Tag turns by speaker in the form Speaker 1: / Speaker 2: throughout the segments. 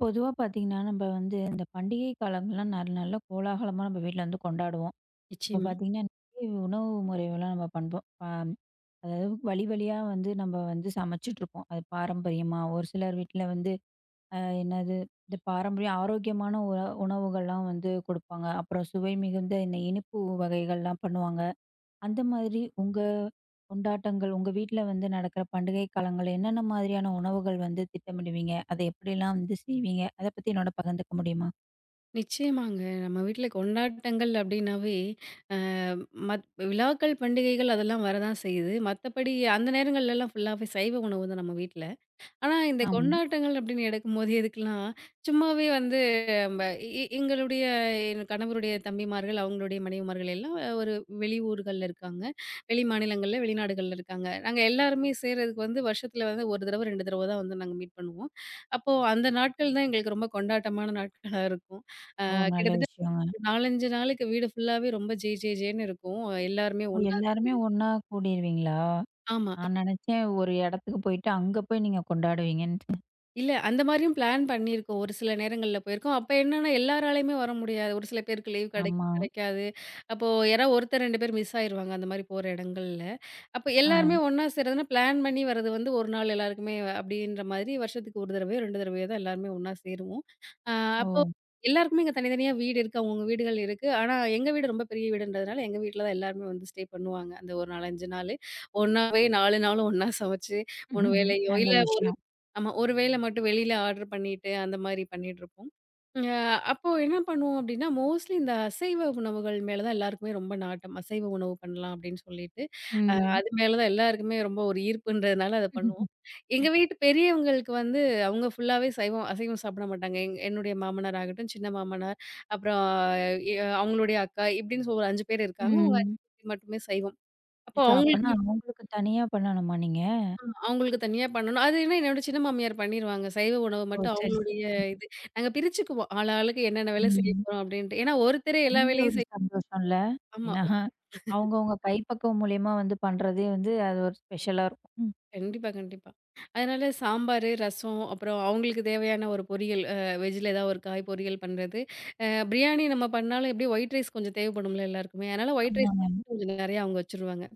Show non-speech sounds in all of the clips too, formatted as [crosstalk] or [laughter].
Speaker 1: பொதுவா பார்த்தீங்கன்னா, நம்ம வந்து இந்த பண்டிகை காலங்கள்லாம் நல்ல நல்ல கோலாகலமா நம்ம வீட்ல வந்து கொண்டாடுவோம். அப்ப
Speaker 2: நிச்சயமா.
Speaker 1: பார்த்தீங்கன்னா, நிறைய உணவு முறைகள்லாம் நம்ம பண்போம். அதாவது வழி வழியா வந்து நம்ம வந்து சமைச்சுட்ருப்போம். அது பாரம்பரியமா, ஒரு சிலர் வீட்ல வந்து என்னது இந்த பாரம்பரிய ஆரோக்கியமான உணவுகள்லாம் வந்து குடுப்பாங்க. அப்புறம் சுவை மிகுந்த இந்த இனிப்பு வகைகள்லாம் பண்ணுவாங்க. அந்த மாதிரி உங்க கொண்டாட்டங்கள், உங்க வீட்ல வந்து நடக்கிற பண்டிகை காலங்கள் என்னென்ன மாதிரியான உணவுகள் வந்து திட்டமிடுவீங்க? அத எப்படிலாம் வந்து செய்வீங்க? அத பத்தி என்னோட பகிர்ந்துக்க முடியுமா?
Speaker 2: நிச்சயமாங்க. நம்ம வீட்ல கொண்டாட்டங்கள் அப்டின்னாவே, அ மத் விழாக்கள், பண்டிகைகள் அதெல்லாம் வரதான் செய்யுது. மத்தபடி அந்த நேரங்கள்லலாம் ஃபுல்லாவே சைவ உணவு தான் நம்ம வீட்ல. ஆனா, இந்த
Speaker 1: ஆமா.
Speaker 2: கொண்டாட்டங்கள் அப்படின்னு எடுக்கும்போது எதுக்குலாம், சும்மாவே வந்து நம்ப எங்களுடைய என் கணவருடைய தம்பிமார்கள், அவங்களுடைய மனைவிமார்கள் எல்லாம் ஒரு வெளியூர்கள்ல இருக்காங்க. வெளி மாநிலங்கள்ல, வெளிநாடுகள்ல இருக்காங்க. நாங்க எல்லாருமே சேர்றதுக்கு வந்து வருஷத்துல வந்து 1 தடவ, 2 தடவ தான் வந்து நாங்க மீட் பண்ணுவோம். அப்போ அந்த நாட்கள் தான் எங்களுக்கு ரொம்ப கொண்டாட்டமான நாட்களா இருக்கும். அ
Speaker 1: ஓ, நல்ல
Speaker 2: கிட்டத்தட்ட
Speaker 1: விஷயங்க.
Speaker 2: 4, 5 நாளைக்கு வீடு ஃபுல்லாவே ரொம்ப ஜே ஜே ஜேன்னு இருக்கும். எல்லாருமே
Speaker 1: ஓ,
Speaker 2: ஒண்ணா
Speaker 1: எல்லாருமே ஒண்ணா கூடிருவீங்களா?
Speaker 2: ஆமா.
Speaker 1: நான் நெனச்சேன் ஒரு இடத்துக்கு போயிட்டு, அங்க போய் நீங்க கொண்டாடுவீங்கன்ட்டு.
Speaker 2: இல்ல, அந்த மாரியும் பிளான் பண்ணியிருக்கோம். ஒரு சில நேரங்கள்ல போயிருக்கோம். அப்ப என்னன்னா, எல்லாராலயுமே வர முடியாது. ஒரு சில பேருக்கு லீவ் கிடைக்கும்,
Speaker 1: ஆமா.
Speaker 2: கிடைக்காது. அப்போ யாராவது ஒருத்தர், 2 பேர் மிஸ் ஆயிருவாங்க, அந்த மாரி போற இடங்கள்ல. அப்ப
Speaker 1: ஆ.
Speaker 2: எல்லாருமே ஒண்ணா சேர்றதுன்னா, பிளான் பண்ணி வர்றது வந்து ஒரு நாள் எல்லாருக்குமே அப்படின்ற மாதிரி வருஷத்துக்கு 1 தடவையோ, 2 தடவையோ தான் எல்லாருமே ஒண்ணா சேருவோம். அ அப்போ
Speaker 1: ஓ.
Speaker 2: எல்லாருக்குமே இங்க தனித்தனியா வீடு இருக்கு. அவங்கவங்க வீடுகள் இருக்கு. ஆனா, எங்க வீடு ரொம்ப பெரிய வீடுன்றதுனால, எங்க வீட்ல தான் எல்லாருமே வந்து ஸ்டே பண்ணுவாங்க. அந்த ஒரு 4, 5 நாளு. ஒண்ணாவே 4 நாளும் ஒண்ணா சமைச்சு, 3
Speaker 1: ம்ஹும்ஹும்.
Speaker 2: வேளையோ,
Speaker 1: நல்ல
Speaker 2: இல்ல
Speaker 1: விஷயம்.
Speaker 2: ஆமா. ஒரு வேள மட்டும் வெளியில ஆர்டர் பண்ணிட்டு, அந்த மாரி பண்ணிட்டுருப்போம். அ அப்போ என்ன பண்ணுவோம் அப்டின்னா, மோஸ்ட்லி இந்த அசைவ உணவுகள் மேல தான் எல்லாருக்குமே ரொம்ப நாட்டம். அசைவ உணவு பண்ணலாம் அப்டின்னு சொல்லிட்டு,
Speaker 1: ம்.
Speaker 2: அது மேல தான் எல்லாருக்குமே ரொம்ப ஒரு ஈர்ப்புன்றதுனால அத பண்ணுவோம். எங்க வீட்டு பெரியவங்களுக்கு வந்து அவங்க ஃபுல்லாவே சைவம் அசைவம் சாப்பிட மாட்டாங்க. என்னுடைய மாமனார் ஆகட்டும், சின்ன மாமனார், அப்புறம் எ அவங்களுடைய அக்கா இப்டின்னு ஒரு 5 பேர் இருக்காங்க. அவங்க 5
Speaker 1: ம்.
Speaker 2: பேத்துக்கு மட்டுமே சைவம். அப்போ
Speaker 1: அச்சச்சோ!
Speaker 2: அவங்க
Speaker 1: அப்பன்னா அவங்களுக்கு தனியா பண்ணணுமா நீங்க?
Speaker 2: அவங்களுக்கு தனியா பண்ணணும். அது ஏன்னா என்னோட சின்ன மாமியார் பண்ணிருவாங்க. சைவ உணவு
Speaker 1: ஓ,
Speaker 2: மட்டும்
Speaker 1: சரி,
Speaker 2: அவங்களுடைய
Speaker 1: சரி.
Speaker 2: இது. நாங்க பிரிச்சுக்குவோம். ஆள் ஆளுக்கு என்னென்ன வேலை செய்ய
Speaker 1: ம்.
Speaker 2: போறோம் அப்டின்ட்டு. ஏன்னா ஒருத்தரே எல்லா
Speaker 1: அதுவே
Speaker 2: வேலையும்
Speaker 1: ஒரு
Speaker 2: செய்
Speaker 1: சந்தோஷம்ல.
Speaker 2: ஆமா.
Speaker 1: ஏன்னா, அவங்கவங்க கைப்பக்குவம் மூலியமா வந்து பண்றதே வந்து அது ஒரு ஸ்பெஷலா இருக்கும். ம்.
Speaker 2: கண்டிப்பா, கண்டிப்பா. அதனால சாம்பாரு, ரசம் அப்புறம் அவங்களுக்கு தேவையான ஒரு பொரியல். வெஜ்ல ஏதாவது ஒரு காய் பொரியல் பண்றது. பிரியாணி நம்ம பண்ணாலும் எப்படியும் ஒயிட் ரைஸ் கொஞ்சம் தேவைப்படும்ல எல்லாருக்குமே. அதனால ஒயிட் ரைஸ்
Speaker 1: ஆமாங்க.
Speaker 2: மட்டும் கொஞ்சம் நெறையா அவங்க வச்சுருவாங்க.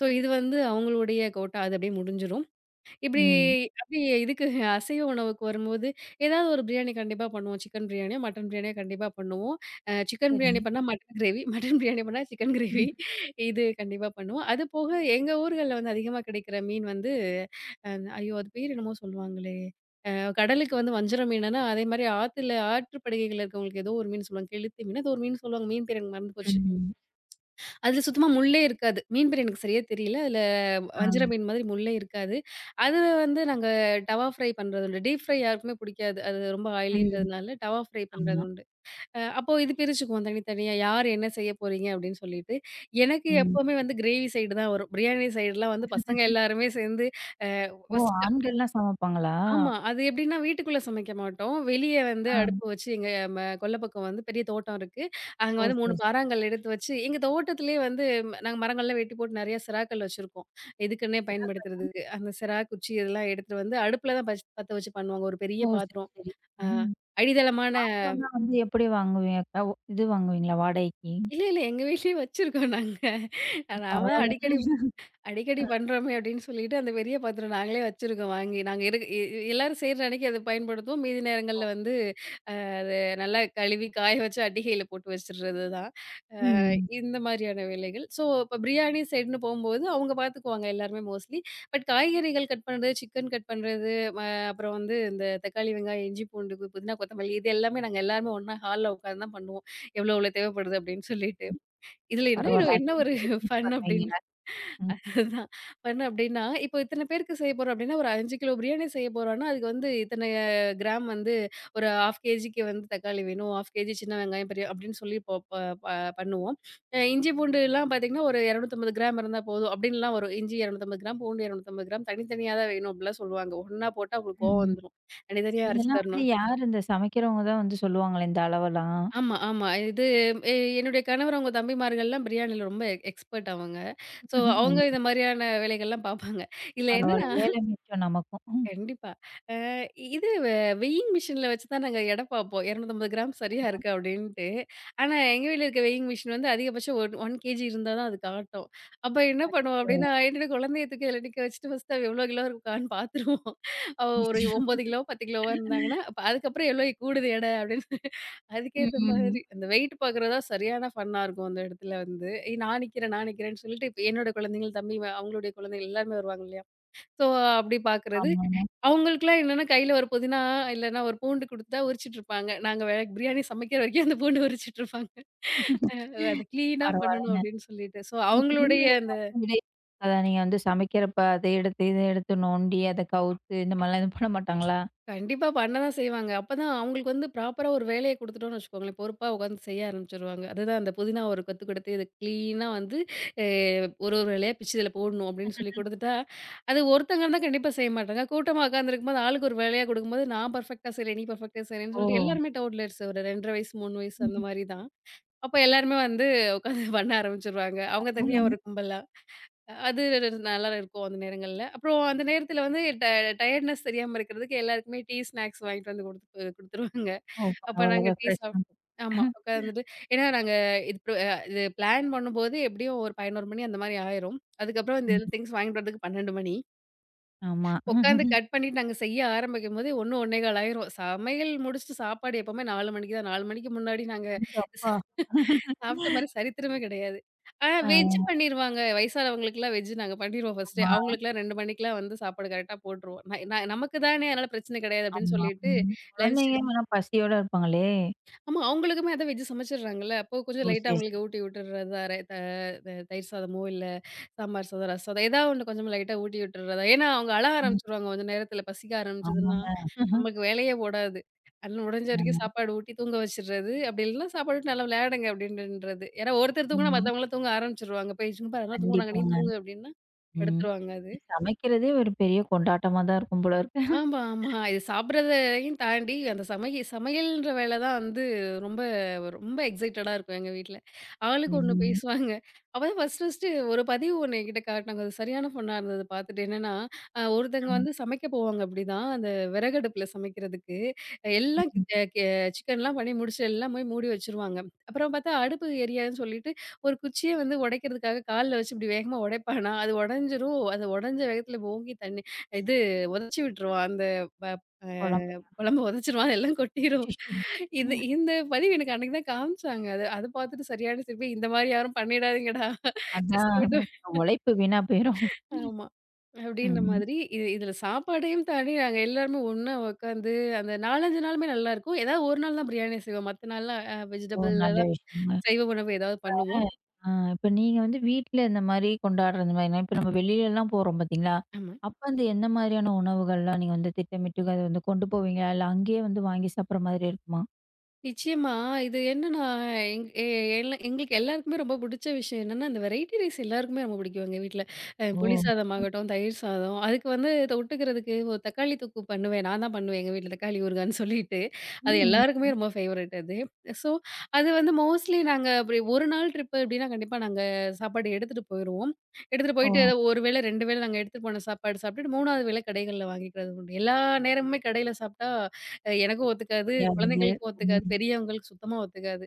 Speaker 2: ஸோ இது வந்து அவங்களுடைய கோட்டா. அது அப்படியே முடிஞ்சிரும். இப்படி
Speaker 1: ம்.
Speaker 2: அப்படியே இதுக்கு அசைவ உணவுக்கு வரும்போது, ஏதாவது ஒரு பிரியாணி கண்டிப்பா பண்ணுவோம். சிக்கன் பிரியாணியோ, மட்டன் பிரியாணியோ கண்டிப்பா பண்ணுவோம். சிக்கன்
Speaker 1: சரி.
Speaker 2: பிரியாணி பண்ணா மட்டன் கிரேவி, மட்டன் பிரியாணி பண்ணா சிக்கன் கிரேவி இது கண்டிப்பா பண்ணுவோம். அது போக எங்க ஊர்கள்ல வந்து அதிகமா கிடைக்கிற மீன் வந்து அ ஐயோ! அது பேர் என்னமோ சொல்லுவாங்களே! அ கடலுக்கு வந்து வஞ்சர மீனுன்னா, அதேமாரி ஆத்துல ஆற்று படுகைகள்ல இருக்கவங்களுக்கு ஏதோ ஒரு மீன் சொல்லுவாங்க. கெளுத்தி மீன் ஏதோ ஒரு மீன் சொல்லுவாங்க. மீன் பேர் எனக்கு மறந்து போச்சு.
Speaker 1: ம்.
Speaker 2: அதுல சுத்தமா முள்ளே இருக்காது. மீன் பேர் எனக்கு சரியா தெரியல. அதுல
Speaker 1: ஆ.
Speaker 2: வஞ்சர மீன் மாதிரி முள்ளே இருக்காது. அது வந்து நாங்க டவா ஃப்ரை பண்றது உண்டு. டீப் ஃப்ரை யாருக்குமே பிடிக்காது. அது ரொம்ப
Speaker 1: ம்.
Speaker 2: ஆயிலின்றதுனால டவா ஃப்ரை பண்றது
Speaker 1: ஆமா.
Speaker 2: உண்டு. அப்போ இது பிரிச்சுக்குவோம் தனித்தனியா. யார் என்ன செய்ய போறீங்க அப்படின்னு சொல்லிட்டு. எனக்கு
Speaker 1: ம்.
Speaker 2: எப்பவுமே வந்து கிரேவி சைடு தான் வரும். பிரியாணி சைடுலாம் வந்து பசங்க எல்லாருமே சேர்ந்து அ
Speaker 1: ஓ,
Speaker 2: ஃபர்ஸ்ட்
Speaker 1: ஆண்கள்லாம் சமைப்பாங்களா?
Speaker 2: ஆமா. அது எப்படின்னா, வீட்டுக்குள்ள சமைக்க மாட்டோம். வெளிய வந்து
Speaker 1: ஆ.
Speaker 2: அடுப்பு வச்சு எங்க கொல்ல பக்கம் வந்து பெரிய தோட்டம் இருக்கு. அங்க
Speaker 1: ஓ,
Speaker 2: வந்து 3
Speaker 1: சரி,
Speaker 2: பாறாங்கல் எடுத்து வச்சு, எங்க தோட்டத்திலேயே வந்து நாங்க மரங்கள்லாம் வெட்டி போட்டு நெறைய சிறாக்கள் வச்சிருக்கோம். இதுக்குன்னே
Speaker 1: சரி.
Speaker 2: பயன்படுத்துறதுக்கு. அந்த சிறா, குச்சி இதெல்லாம் எடுத்துட்டு வந்து அடுப்புல தான் பத்த வச்சு பண்ணுவாங்க. ஒரு பெரிய
Speaker 1: ஓ, சரி,
Speaker 2: பாத்திரம்.
Speaker 1: சரி.
Speaker 2: அ
Speaker 1: ம்.
Speaker 2: அடித்தளமான
Speaker 1: பாத்திரம்லாம் வந்து எப்படி வாங்குவீங்க? அ ஒ இது வாங்குவீங்களா வாடகைக்கு?
Speaker 2: இல்ல, இல்ல. எங்க வீட்லயே வச்சிருக்கோம் நாங்க.
Speaker 1: ஓ,
Speaker 2: நாம தான் அடிக்கடி
Speaker 1: பரவாயில்லங்க.
Speaker 2: அடிக்கடி பண்றோமே அப்படின்னு சொல்லிட்டு, அந்த பெரிய பாத்திரம் நாங்களே வச்சிருக்கோம் வாங்கி. நாங்க இருக் எ எல்லாரும் செய்ற அன்னைக்கு அத பயன்படுத்துவோம். மீதி நேரங்கள்ல வந்து அது நல்லா கழுவி காய வச்சு அட்டிகையில போட்டு வச்சுடுறது தான். அ
Speaker 1: ம்.
Speaker 2: இந்த மாதிரியான வேலைகள். ஸோ இப்ப பிரியாணி சைடுன்னு போம்போது அவங்க பார்த்துக்குவாங்க எல்லாருமே மோஸ்ட்லி. பட் காய்கறிகள் கட் பண்றது, சிக்கன் கட் பண்றது, ம அப்புறம் வந்து இந்த தக்காளி, வெங்காயம், இஞ்சி, பூண்டு, புதினா, கொத்தமல்லி இது எல்லாமே நாங்க எல்லாருமே ஒண்ணா ஹால்ல உட்காந்து தான் பண்ணுவோம். எவ்வளோ எவ்வளோ தேவைப்படுது அப்படின்னு சொல்லிட்டு. இதுல என்ன
Speaker 1: பரவால்ல.
Speaker 2: என்ன
Speaker 1: அதுவே
Speaker 2: ஒரு
Speaker 1: பேசிட்டு
Speaker 2: ஃபன் அப்படின்னா
Speaker 1: பண்ணுவீங்கல்ல. ம்.
Speaker 2: அதுதான். என்ன அப்டின்னா, இப்போ இத்தன பேருக்கு செய்ய போறோம் அப்டின்னா, ஒரு 5 கிலோ பிரியாணி செய்ய போறோம்னா, அதுக்கு வந்து இத்தன கிராம் வந்து ஒரு 1/2 கேஜிக்கு வந்து தக்காளி வேணும், 1/2 கேஜி சின்ன வெங்காயம் பெரிய அப்டின்னு சொல்லி போ ப ப பண்ணுவோம். இஞ்சி பூண்டுலாம் பார்த்தீங்கன்னா, ஒரு 250 கிராம் இருந்தா போதும் அப்டின்லாம் வரும். இஞ்சி 250 கிராம், பூண்டு 250 கிராம் தனித்தனியா தான் வேணும் அப்டிலாம் சொல்லுவாங்க. ஒண்ணா போட்டா அவங்களுக்கு கோவம்
Speaker 1: ம்.
Speaker 2: வந்துரும். தனித்தனியா அரைச்சு
Speaker 1: இதெல்லாம் வந்து
Speaker 2: தரணும்.
Speaker 1: யார் இந்த சமைக்கிறவங்க தான் வந்து சொல்லுவாங்களே இந்த அளவெல்லாம்?
Speaker 2: ஆமா, ஆமா. இது எ என்னுடைய கணவர் அவங்க தம்பிமார்கள்லாம் பிரியாணில ரொம்ப எக்ஸ்பர்ட் அவங்க. ஸோ அவங்க
Speaker 1: [laughs]
Speaker 2: இந்த மாரியான வேலைகள்லாம் பார்ப்பாங்க. இதுல
Speaker 1: பரவால்ல.
Speaker 2: என்னன்னா
Speaker 1: வேலை மிச்சம் நமக்கும்.
Speaker 2: கண்டிப்பா. அ இது வெ வெயிங் மிஷின்ல வச்சு தான் நாங்க எடை பாப்போம். 250 கிராம் சரியா
Speaker 1: ம்.
Speaker 2: இருக்கா அப்டின்ட்டு. ஆனா எங்க வீட்ல இருக்க வெயிங் மிஷின் வந்து அதிகபட்சம் 1 கேஜி இருந்தா தான் அது காட்டும். அப்ப என்ன பண்ணுவோம்
Speaker 1: அச்சோ!
Speaker 2: அப்டின்னா, என்னோட குழந்தைய தூக்கி அதில நிக்க வச்சுட்டு ஃபர்ஸ்ட்டு அவ எவ்வளோ கிலோ இருக்கான்னு பாத்துருவோம். அவ
Speaker 1: ம்.
Speaker 2: ஒரு
Speaker 1: [laughs]
Speaker 2: 9 கிலோ 10 கிலோவா இருந்தாங்கன்னா, அப்ப அதுக்கப்புறம் எவ்வளோ கூடுது எடை அப்டின்னு அதுக்கேத்த மாதிரி அந்த வெயிட் பாக்குறது தான் சரியான ஃபன்னா இருக்கும் அந்த இடத்துல வந்து. ஏய் நான் நிக்கிறேன், நான் நிக்கிறேன்னு சொல்லிட்டு, இப்ப என்னோட குழந்தைங்கள், தம்பி அவங்களுடைய குழந்தைகள் எல்லாருமே வருவாங்க இல்லையா? ஸோ, அப்படி பார்க்குறது.
Speaker 1: ஆமாங்க.
Speaker 2: அவங்களுக்கெல்லாம் என்னன்னா கையில ஒரு புதினா இல்லன்னா ஒரு பூண்டு குடுத்தா உரிச்சிட்டுருப்பாங்க. நாங்க பிரியாணி சமைக்கிற வரைக்கும் அந்த பூண்டு உரிச்சிட்டுருப்பாங்க. அ அது கிளீனா பண்ணணும்
Speaker 1: பரவால்லங்க.
Speaker 2: அப்படின்னு சொல்லிட்டு. ஸோ,
Speaker 1: அந்த
Speaker 2: அவங்களுடைய
Speaker 1: குழந்தைகள்லாம்
Speaker 2: அந்த
Speaker 1: வந்து உங்களே அதான் நீங்க வந்து சமைக்கிறப்ப அத எடுத்து, இத எடுத்து நோண்டி, அத கவுத்து இந்த மாரிலாம் எதுவும் பண்ண மாட்டாங்களா?
Speaker 2: கண்டிப்பா பண்ண தான் செய்வாங்க. அப்பதான் அவங்களுக்கு வந்து ப்ராப்பரா ஒரு வேலைய குடுத்துட்டோம்னு வச்சுக்கோங்களேன், பொறுப்பா உட்காந்து செய்ய ஆரம்பிச்சுருவாங்க. அதுதான் அந்த புதினா ஒரு கொத்து கொடுத்து, இத கிளீனா வந்து அ ஒரு ஒரு இலையா பிச்சு இதில போடணும் அப்படின்னு சொல்லி குடுத்துட்டா, அது ஒருத்தங்க இருந்தா கண்டிப்பா செய்ய மாட்டாங்க. கூட்டமா உட்காந்துருக்கும்போது ஆளுக்கு ஒரு வேலையா குடுக்கும்போது, நான் பெர்ஃபெக்ட்டா செய்றேன், நீ பெர்ஃபெக்ட்டா செய்றேன்னு
Speaker 1: ஓ.
Speaker 2: சொல்லிட்டு எல்லாருமே டவுட்லர்ஸ் ஒரு 2 1/2 வயசு, 3 வயசு அந்த
Speaker 1: ம்.
Speaker 2: மாரி தான். அப்ப எல்லாருமே வந்து உட்காந்து பண்ண ஆரம்பிச்சுருவாங்க. அவங்க தனியா
Speaker 1: பரவால்லங்க.
Speaker 2: ஒரு கும்பலா. அது நல்லா இருக்கும் அந்த நேரங்கள்ல. அப்புறம் அந்த நேரத்தில வந்து டயர்ட்னஸ் தெரியாம இருக்கிறதுக்கு எல்லாருக்குமே டீ, ஸ்நாக்ஸ் வாங்கிட்டு வந்து குடுத்துருவாங்க.
Speaker 1: ஓ,
Speaker 2: அப்ப
Speaker 1: பரவால்ல
Speaker 2: நாங்க டீ சாப்
Speaker 1: ரெஃப்ரெஷ்மெண்ட்.
Speaker 2: ஆமா. உட்கார்ந்துட்டு ஏன்னா நாங்க இது ப் இது பிளான் பண்ணும்போது எப்படியும் ஒரு 11 மணி அந்த மாரி ஆயிரும். அதுக்கப்புறம் இந்த
Speaker 1: ம்.
Speaker 2: திங்ஸ் வாங்கிட்டு வரதுக்கு 12 மணி.
Speaker 1: ஆமா.
Speaker 2: உட்காந்து கட் பண்ணிட்டு நாங்க செய்ய ஆரம்பிக்கும்போதே 1, 1 1/4 ஆயிரும். சமையல் முடிச்சுட்டு சாப்பாடு எப்பவுமே 4 மணிக்கு தான். 4 மணிக்கு முன்னாடி நாங்க
Speaker 1: எங்க
Speaker 2: சா
Speaker 1: அப்பா.
Speaker 2: சாப்பிட்ட மாரி சரித்திரமே கிடையாது. ஆனா
Speaker 1: ஆ.
Speaker 2: வெஜ் பண்ணிருவாங்க. வயசானவங்களுக்குலாம் வெஜ் நாங்க பண்ணிருவோம் ஃபர்ஸ்ட்டே.
Speaker 1: ஆமா,
Speaker 2: அவங்களுக்குலாம் 2 மணிக்கெல்லாம் வந்து சாப்பாடு கரெக்ட்டா போட்டுருவோம். ந ந நமக்கு தானே அதனால பிரச்சனை கிடையாது அப்படின்னு
Speaker 1: ஆமா.
Speaker 2: சொல்லிட்டு
Speaker 1: ம்.
Speaker 2: லஞ்ச்
Speaker 1: குழந்தைங்க ஆனா பசியோட இருப்பாங்களே!
Speaker 2: ஆமா. அவங்களுக்குமே அதான் வெஜ் சமைச்சிடுறாங்கல்ல. அப்போ கொஞ்சம்
Speaker 1: ஓ,
Speaker 2: லைட்டா
Speaker 1: சரி,
Speaker 2: அவங்களுக்கு
Speaker 1: சரி.
Speaker 2: ஊட்டி விட்டுர்றதா ர த த தயிர் சாதமோ, இல்ல சாம்பார் சாதம், ரசம் சாதம் ஏதாவது ஒண்ணு கொஞ்சம் லைட்டா ஊட்டி விட்டுர்றதா. ஏன்னா, அவங்க அழ
Speaker 1: ம்.
Speaker 2: ஆரம்பிச்சுருவாங்க கொஞ்சம் நேரத்தில. பசிக்க ஆரம்பிச்சதுன்னா,
Speaker 1: ஆமாங்க. [laughs]
Speaker 2: நமக்கு வேலையே ஓடாது. அதனால முடிஞ்ச
Speaker 1: ஆ.
Speaker 2: வரைக்கும் சாப்பாடு ஊட்டி தூங்க வச்சுடுறது. அப்படி இல்லன்னா சாப்பாடு ஊட்டி நல்லா விளையாடுங்க அப்படின்றது. ஏன்னா ஒருத்தர் தூங்குனா
Speaker 1: ம்.
Speaker 2: மத்தவங்கலாம் தூங்க ஆரம்பிச்சுருவாங்க. போய் சும்மா யாருனா தூங்குறாங்க நீ
Speaker 1: கண்டிப்பாங்க.
Speaker 2: தூங்கு அப்படின்னா
Speaker 1: ம்.
Speaker 2: படுத்துருவாங்க அது.
Speaker 1: சமைக்கிறதே ஒரு பெரிய கொண்டாட்டமா தான் இருக்கும் போல இருக்கு.
Speaker 2: ஆமா, ஆமா. இது சாப்பிடுறதையும் தாண்டி, அந்த சமையல்ன்ற வேல தான் வந்து ரொம்ப ரொம்ப எக்ஸைட்டடா இருக்கும் எங்க வீட்ல. ஆளுக்கு ஒண்ணு
Speaker 1: ம்.
Speaker 2: பேசுவாங்க. அப்பதான் ஃபர்ஸ்ட்டு ஒரு பதிவு ஒண்ணு என்கிட்ட காட்டுனாங்க. அது சரியான ஃபன்னா இருந்தது பார்த்துட்டு. என்னன்னா, ஒருத்தங்க வந்து
Speaker 1: ஆ.
Speaker 2: சமைக்க போவாங்க அப்படிதான், அந்த விறகடுப்புல சமைக்கிறதுக்கு. எல்லாம்
Speaker 1: ம்.
Speaker 2: அ கெ சிக்கன்லாம் பண்ணி முடிச்சு, எல்லாம் போய் மூடி வச்சுருவாங்க. அப்புறம் பார்த்தா அடுப்பு எரியாதுன்னு சொல்லிட்டு, ஒரு குச்சிய வந்து உடைக்கிறதுக்காக கால்ல வச்சு இப்படி வேகமா உடைப்பானா, அது உடைஞ்சிரும். அது உடைஞ்ச வேகத்துல ஓங்கி தண்ணி இது உதச்சு விட்டுருவான். அந்த ப அ
Speaker 1: பொலம்பலாம்.
Speaker 2: குழம்ப உதச்சிருவான். எல்லாம் கொட்டிரும்.
Speaker 1: அச்சச்சோ!
Speaker 2: இது இந்த பதிவு எனக்கு அன்னைக்கு தான் காமிச்சாங்க. அது அத பார்த்துட்டு சரியான சிரிப்பு. இந்த மாரி யாரும் பண்ணிடாதீங்கடா.
Speaker 1: அதான்
Speaker 2: கஷ்டப்பட்டு
Speaker 1: உழைப்பு வீணா போயிரும்.
Speaker 2: ஆமா. அப்படின்ற
Speaker 1: ம்.
Speaker 2: மாதிரி இது இதுல சாப்பாடையும் தாண்டி நாங்க எல்லாருமே ஒண்ணா உட்காந்து அந்த 4, 5 நாளுமே நல்லாருக்கும். ஏதாவது ஒரு நாள் தான் பிரியாணி செய்வோம். மத்த நாள்லாம்
Speaker 1: ஓ,
Speaker 2: வெஜிடபிள்ல
Speaker 1: நல்ல
Speaker 2: தான்
Speaker 1: விஷயங்க.
Speaker 2: சைவ உணவு ஏதாவது பண்ணுவோம்.
Speaker 1: ஆ. இப்ப நீங்க வந்து வீட்ல இந்த மாரி கொண்டாடுற இந்த மாரினா, இப்ப நம்ம வெளிலலாம் போறோம் பார்த்தீங்களா?
Speaker 2: ஆமா.
Speaker 1: அப்ப அந்த எந்த மாரியான உணவுகள்லாம் நீங்க வந்து திட்டமிட்டு அத வந்து கொண்டு போவீங்களா? இல்ல அங்கேயே வந்து வாங்கி சாப்பிடுற மாதிரி இருக்குமா?
Speaker 2: நிச்சயமா. இது என்னன்னா, எங் எ எங்களுக்கு எல்லாருக்குமே ரொம்ப புடிச்ச விஷயம் என்னன்னா, அந்த வெரைட்டி ரைஸ் எல்லாருக்குமே ரொம்ப பிடிக்கும் எங்க வீட்ல.
Speaker 1: ஓ.
Speaker 2: புளி சாதம் ஆகட்டும், தயிர் சாதம், அதுக்கு வந்து தொட்டுக்கிறதுக்கு ஒரு தக்காளி தொக்கு பண்ணுவேன். நான் தான் பண்ணுவேன் எங்க வீட்ல தக்காளி ஊறுகான்னு சொல்லிட்டு. அது
Speaker 1: ம்.
Speaker 2: எல்லாருக்குமே ரொம்ப ஃபேவரைட் அது. ஸோ, அது வந்து மோஸ்ட்லி நாங்க அப்படி ஒரு நாள் ட்ரிப்பு அப்படின்னா கண்டிப்பா நாங்க சாப்பாடு எடுத்துட்டு போயிருவோம். எடுத்துட்டு
Speaker 1: ஓ.
Speaker 2: போயிட்டு ஏதோ ஒரு வேளை, 2 வேளை நாங்க எடுத்துட்டு போன சாப்பாடு சாப்பிட்டுட்டு 3வது வேளை கடைகள்ல வாங்கிக்கிறது உண்டு. எல்லா நேரமுமே கடையில சாப்பிட்டா எனக்கும் ஒத்துக்காது,
Speaker 1: முடியாதது.
Speaker 2: குழந்தைகளுக்கும் ஒத்துக்காது,
Speaker 1: ம்.
Speaker 2: பெரியவங்களுக்கு சுத்தமா ஒத்துக்காது.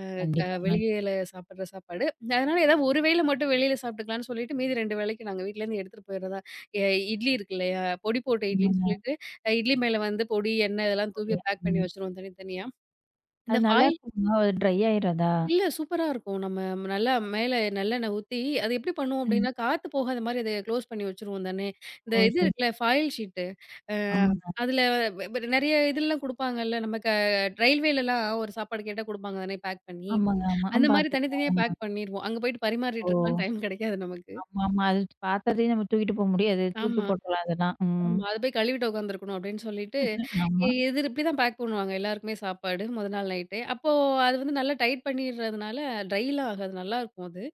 Speaker 2: அ க
Speaker 1: கண்டிப்பாங்க.
Speaker 2: வெளியில சாப்பிடுற சாப்பாடு. அதனால ஏதாவது ஒரு வேளை மட்டும் வெளியில சாப்பிட்டுக்கலாம்னு சொல்லிட்டு, மீதி 2 வேளைக்கு நாங்க வீட்லேருந்து எடுத்துட்டு போயிடுறதா. எ இட்லி இருக்கு இல்லையா? பொடி போட்ட இட்லின்னு
Speaker 1: ஆமாங்க.
Speaker 2: சொல்லிட்டு, இட்லி மேல வந்து பொடி, எண்ணெய் இதெல்லாம் தூவி
Speaker 1: முடியாது.
Speaker 2: பேக் பண்ணி
Speaker 1: ம்.
Speaker 2: வச்சுருவோம் தனித்தனியா. இந்த
Speaker 1: அது
Speaker 2: ஃபாயில்
Speaker 1: நல்லாருக்குங்களா? அது ட்ரை ஆயிராதா?
Speaker 2: இல்ல சூப்பரா இருக்கும். நம்ம நல்லா மேல நல்லெண்ணெய் ஊத்தி, அது எப்படி பண்ணுவோம்
Speaker 1: ம்.
Speaker 2: அப்படின்னா, காத்து போகாத மாரி அத க்ளோஸ் பண்ணி வச்சுருவோம் தானே. இந்த
Speaker 1: ஓ,
Speaker 2: இது
Speaker 1: சரி.
Speaker 2: இருக்குல்ல ஃபாயில் ஷீட்டு. அ
Speaker 1: ஆமாங்க,
Speaker 2: அதுல வெ வெ நெறைய இதெல்லாம் குடுப்பாங்கல்ல. நமக்கு ரயில்வேலலாம் ஒரு சாப்பாடு கேட்டா குடுப்பாங்க தானே பேக் பண்ணி.
Speaker 1: ஆமாங்க, ஆமா. ஆ,
Speaker 2: அந்த மாரி
Speaker 1: பார்த்துருக்கேன்.
Speaker 2: தனித்தனியா பேக் பண்ணிருவோம். அங்க போயிட்டு பரிமாறிட்டு
Speaker 1: ஓ,
Speaker 2: இருக்கலாம் டைம் கெடைக்காது நமக்கு.
Speaker 1: ஆமா, ஆமா. அது பாத்திரத்தையும் நம்ம தூக்கிட்டு போ முடியாது. தூக்கி
Speaker 2: ஆமா.
Speaker 1: போட்டுறலாம் அதெல்லாம். ம்.
Speaker 2: ஆமா. அத போய் கழுவிட்டு உட்காந்துருக்கணும் அப்படின்னு சொல்லிட்டு, எ
Speaker 1: ஆமா.
Speaker 2: எதிர் இப்படிதான் பேக் பண்ணுவாங்க எல்லாருக்குமே சாப்பாடு மொத நாள் நைட்டே. அப்போ அது வந்து நல்லா டைட் பண்ணிடுறதுனால ட்ரைலாம் ஆகாது. நல்லாருக்கும் அது.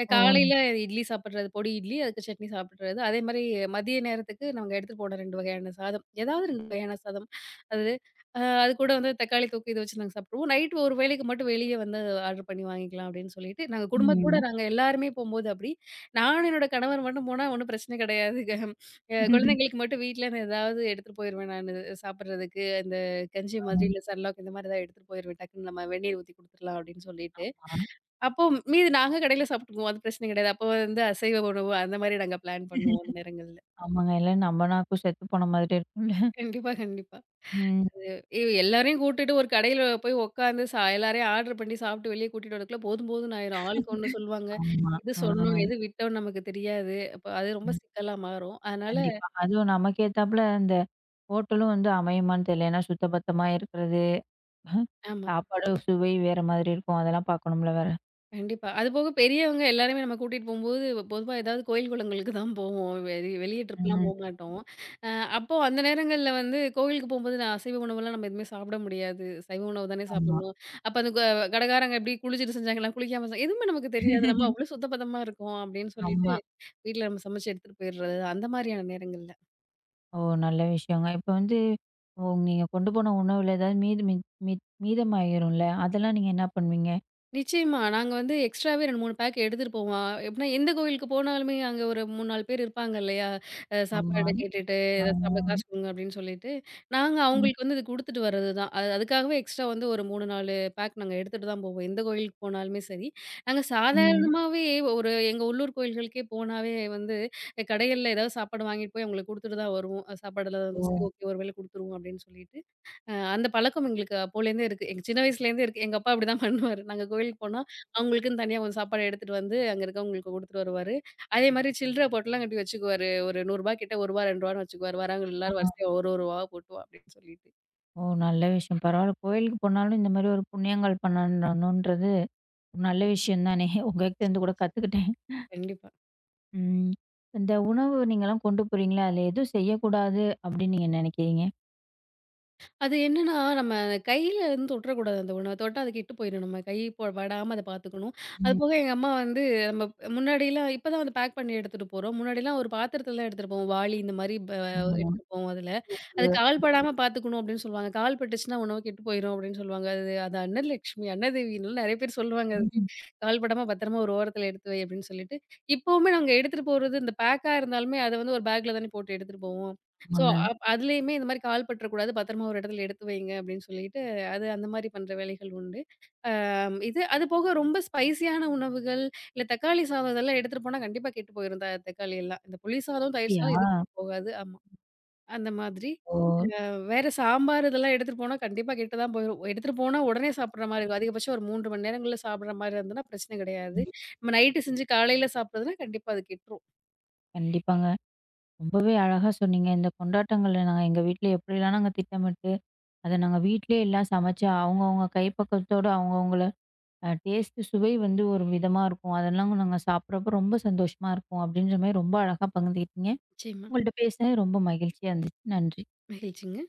Speaker 1: ஓ.
Speaker 2: காலையில இட்லி சாப்பிடுறது, பொடி இட்லி அதுக்கு சட்னி சாப்பிடுறது. அதே மாரி மதிய நேரத்துக்கு நாங்க எடுத்துட்டு போன 2 வகையான சாதம். ஏதாவது 2 வகையான சாதம். அது அது கூட வந்து தக்காளி தொக்கு இத வச்சு நாங்க சாப்பிட்டுருவோம். நைட் ஒரு வேளைக்கு மட்டும் வெளிய வந்து ஆர்டர் பண்ணி வாங்கிக்கலாம் அப்படின்னு சொல்லிட்டு, நாங்க குடும்பத்தோட
Speaker 1: ம்.
Speaker 2: நாங்க எல்லாருமே போம்போது அப்படி. நானும் என்னோட கணவர் மட்டும் போனா ஒண்ணும் பிரச்சனை கிடையாதுங்க. குழந்தைங்களுக்கு மட்டும் வீட்லருந்து ஏதாவது எடுத்துட்டு போயிருவேன் நானு. சாப்பிடுறதுக்கு அந்த கஞ்சி
Speaker 1: ஆமா.
Speaker 2: மாதிரி இல்ல சர்லாக் இந்த மாதிரி ஏதாவது எடுத்துட்டு போயிருவேன். டக்குன்னு நம்ம வெந்நீர் ஊத்தி குடுத்துடலாம் அப்படின்னு சொல்லிட்டு. அப்போ மீதி நாங்க கடையில சாப்பிட்டுக்குவோம். அது பிரச்சனை கிடையாது. அப்போ வந்து அசைவ உணவு அந்த மாதிரி நாங்க பிளான் பண்ணுவோம் அந்த நேரங்கள்ல.
Speaker 1: ஆமாங்க. இல்ல நம்ம நாக்கும் செத்து போன மாதிரி இருக்கும்ல.
Speaker 2: கண்டிப்பா, கண்டிப்பா.
Speaker 1: ம்.
Speaker 2: அது எ எல்லாரையும் கூட்டிட்டு ஒரு கடையில போய் உட்காந்து எல்லாரையும் ஆர்டர் பண்ணி சாப்பிட்டு வெளிய கூட்டிட்டு வரதுக்குள்ள போதும்ன்னு ஆயிரும். ஆளுக்கு ஒண்ணு சொல்லுவாங்க.
Speaker 1: ஆமா.
Speaker 2: எது
Speaker 1: ஆ.
Speaker 2: சொன்னோம், எது விட்டோம்னு நமக்கு தெரியாது. அப்ப அது ரொம்ப
Speaker 1: ம்.
Speaker 2: சிக்கலா மாறும்.
Speaker 1: கண்டிப்பா. அதுவும் நமக்கு ஏத்தாப்புல இந்த ஹோட்டலும் வந்து அமையுமான்னு தெரியல. ஏன்னா சுத்தபத்தமா இருக்கிறது.
Speaker 2: ஆமா.
Speaker 1: சாப்பாடு சுவை வேற மாதிரி இருக்கும். அதெல்லாம் பார்க்கணும்ல வேற.
Speaker 2: கண்டிப்பா. அதுபோக பெரியவங்க எல்லாருமே நம்ம கூட்டிட்டு போம்போது, பொதுவா ஏதாவது கோயில், குளங்களுக்கு தான் போவோம். வெளிய ட்ரிப்லாம்
Speaker 1: ம்.
Speaker 2: போமாட்டோம். அ அப்போ அந்த நேரங்கள்ல வந்து கோவிலுக்கு போம்போது நான் அசைவ உணவெல்லாம் நம்ம எதுவுமே சாப்பிட முடியாது. சைவ உணவு தானே
Speaker 1: ஆமா.
Speaker 2: சாப்பிடணும். அப்ப அந்த க கடைக்காரங்க எப்படி குளிச்சுட்டு செஞ்சாங்களா? குளிக்காம செஞ்சா எதுவுமே நமக்கு தெரியாது. நம்ம அவ்வளோ சுத்த பத்தமா இருக்கோம் அப்படின்னு சொல்லிட்டு,
Speaker 1: ஆமா.
Speaker 2: வீட்ல நம்ம சமைச்சு எடுத்துட்டு போயிடுறது. அந்த மாரியான நேரங்கள்ல.
Speaker 1: ஓ, நல்ல விஷயங்க. இப்ப வந்து ஓ, நீங்க கொண்டு போன உணவுல ஏதாவது மீது மீ மீ மீதமாயிரும்ல, அதெல்லாம் நீங்க என்ன பண்ணுவீங்க?
Speaker 2: நிச்சயமா. நாங்க வந்து எக்ஸ்ட்ராவே 2, 3 பேக் எடுத்துட்டு போவோம். எப்படின்னா எந்த கோயிலுக்கு போனாலுமே அங்க ஒரு 3, 4 பேர் இருப்பாங்க இல்லையா?
Speaker 1: ஆமா.
Speaker 2: சாப்பாடு கேட்டுட்டு,
Speaker 1: ஆ.
Speaker 2: "இத சாப்பிட காசு குடுங்க" அப்படின்னு சொல்லிட்டு, நாங்க
Speaker 1: ம்,
Speaker 2: அவங்களுக்கு வந்து இது குடுத்துட்டு வர்றது தான். அது அதுக்காகவே எக்ஸ்ட்ரா வந்து ஒரு 3, 4 பேக் நாங்க எடுத்துட்டு தான் போவோம். எந்த கோயிலுக்கு போனாலுமே சரி. நாங்க ம்.
Speaker 1: ம்.
Speaker 2: சாதாரணமாவே ஒரு எங்க உள்ளூர் கோயில்களுக்கே போனாவே வந்து கடைகள்ல ஏதாவது சாப்பாடு வாங்கிட்டு போய் அவங்களுக்கு குடுத்துட்டு தான் வருவோம். சாப்பாடு
Speaker 1: ஓ.
Speaker 2: இல்லாதவங்க சரி ஓகே ஒரு வேளை குடுத்துருவோம் அப்படின்னு சொல்லிட்டு. அந்த பழக்கம் எங்களுக்கு அப்போலேருந்தே இருக்கு. எங்க சின்ன வயசுலேருந்தே இருக்கு. எங்க அப்பா அப்படிதான் பண்ணுவாரு. நாங்க கோயிலுக்கு போனா, அவங்களுக்குன்னு தனியா கொஞ்சம் சாப்பாடு எடுத்துட்டு வந்து, அங்க இருக்கவங்களுக்கு குடுத்துட்டு வருவாரு. அதே மாரி சில்ற போட்டுலாம் கட்டி வச்சுக்குவாரு. ஒரு ரூ. 100 ரூபாய் கிட்ட ரூ. 1 ரூபாய், ரூ. 2ன்னு வச்சுக்குவாரு. வர்றவங்க எல்லாரும்
Speaker 1: ஆ.
Speaker 2: வரிசையா ஒரு ரூ. 1 ரூபாய் போட்டு வா அப்படின்னு சொல்லிட்டு.
Speaker 1: ஓ, நல்ல விஷயம். பரவால்ல. கோயிலுக்கு போனாலும் இந்த மாரி ஒரு புண்ணியங்கள் பண்ணணுன்றது ஒரு நல்ல விஷயம் தானே! உங்ககிட்டேருந்து [laughs]
Speaker 2: நிச்சயமா,
Speaker 1: கூட
Speaker 2: நிச்சயமா.
Speaker 1: கத்துக்கிட்டேன்.
Speaker 2: கண்டிப்பா.
Speaker 1: ம். இந்த உணவு நீங்கலாம் கொண்டு போறீங்களா, அதில எதுவும் செய்யக்கூடாது அப்படின்னு நீங்க நினைக்கிறீங்க?
Speaker 2: அது என்னன்னா, நம்ம கையில வந்து தொட்டுறக்கூடாது அந்த உணவ. தொட்டா அது கெட்டு போயிரும். நம்ம கை படாம அத பாத்துக்கணும்.
Speaker 1: ம்.
Speaker 2: அதுபோக எங்க அம்மா வந்து நம்ம முன்னாடிலாம் இப்ப தான் வந்து பேக் பண்ணி எடுத்துட்டு போறோம். முன்னாடிலாம் ஒரு பாத்திரத்துல தான் எடுத்துட்டு போவோம். வாளி இந்த மாரி ப
Speaker 1: ஆமா.
Speaker 2: எடுத்துட்டு போவோம் அதுல. அது
Speaker 1: நமக்கு
Speaker 2: கால் படாம பாத்துக்கணும் அப்டின்னு சொல்லுவாங்க. கால் பட்டுச்சுன்னா உணவு கெட்டு போயிரும் அப்டின்னு சொல்லுவாங்க. அது அது அன்னலட்சுமி, அன்னதேவின்லாம் நெறைய பேர் சொல்லுவாங்க அதுக்கு.
Speaker 1: ம்.
Speaker 2: கால் படாம பத்திரமா ஒரு ஓரத்துல எடுத்து வை அப்டின்னு சொல்லிட்டு. இப்பவுமே நாங்க எடுத்துட்டு போறது இந்த பேக்கா இருந்தாலுமே அத வந்து ஒரு பேக்ல தானே போட்டு எடுத்துட்டு போவோம். ஸோ,
Speaker 1: ஆமாங்க.
Speaker 2: அதுலயுமே இந்த மாரி கால் பற்றக்கூடாது. பத்திரமா ஒரு இடத்துல எடுத்து வைங்க அப்படின்னு சொல்லிட்டு, அது அந்த மாரி பண்ற வேலைகள் உண்டு. அம் இது அது போக ரொம்ப ஸ்பைசியான உணவுகள், இல்ல தக்காளி சாதம் இதெல்லாம் எடுத்துட்டு போனா கண்டிப்பா கெட்டு போயிரும். தக்காளி எல்லாம். இந்த புளி சாதம், தயிர்
Speaker 1: அப்படியா?
Speaker 2: சாதம் இது கெட்டு போகாது. ஆமா. அந்த மாதிரி.
Speaker 1: ஓ.
Speaker 2: வேற சாம்பார் இதெல்லாம் எடுத்துட்டு போனா கண்டிப்பா கெட்டு தான் போயிரும். எடுத்துட்டு போனா உடனே சாப்பிடுற மாரி இருக்கும். அதிகபட்சம் ஒரு 3 மணி நேரங்கள்ல சாப்பிடுற மாரி இருந்ததுன்னா பிரச்சனை கிடையாது.
Speaker 1: ம்.
Speaker 2: நம்ம நைட்டு செஞ்சு காலையில சாப்பிடுறதுன்னா கண்டிப்பா அது கெட்டுரும்.
Speaker 1: கண்டிப்பாங்க. ரொம்பவே அழகா சொன்னீங்க. இந்த கொண்டாட்டங்கள நாங்க எங்க வீட்ல எப்படிலாம் நாங்க திட்டமிட்டு, அத நாங்க வீட்லயே எல்லாம் சமைச்சு அவங்கவங்க கைப்பக்குவத்தோட அவங்கவங்கள டேஸ்ட்டு சுவை வந்து ஒரு விதமா இருக்கும். அதெல்லாம் நாங்க சாப்பிட்றப்போ ரொம்ப சந்தோஷமா இருக்கும். அப்படின்ற மாரி ரொம்ப அழகா பகிர்ந்துக்கிட்டீங்க.
Speaker 2: நிச்சயமா.
Speaker 1: உங்கள்ட்ட பேசினது ரொம்ப மகிழ்ச்சியா இருந்துச்சு. நன்றி.
Speaker 2: மகிழ்ச்சிங்க.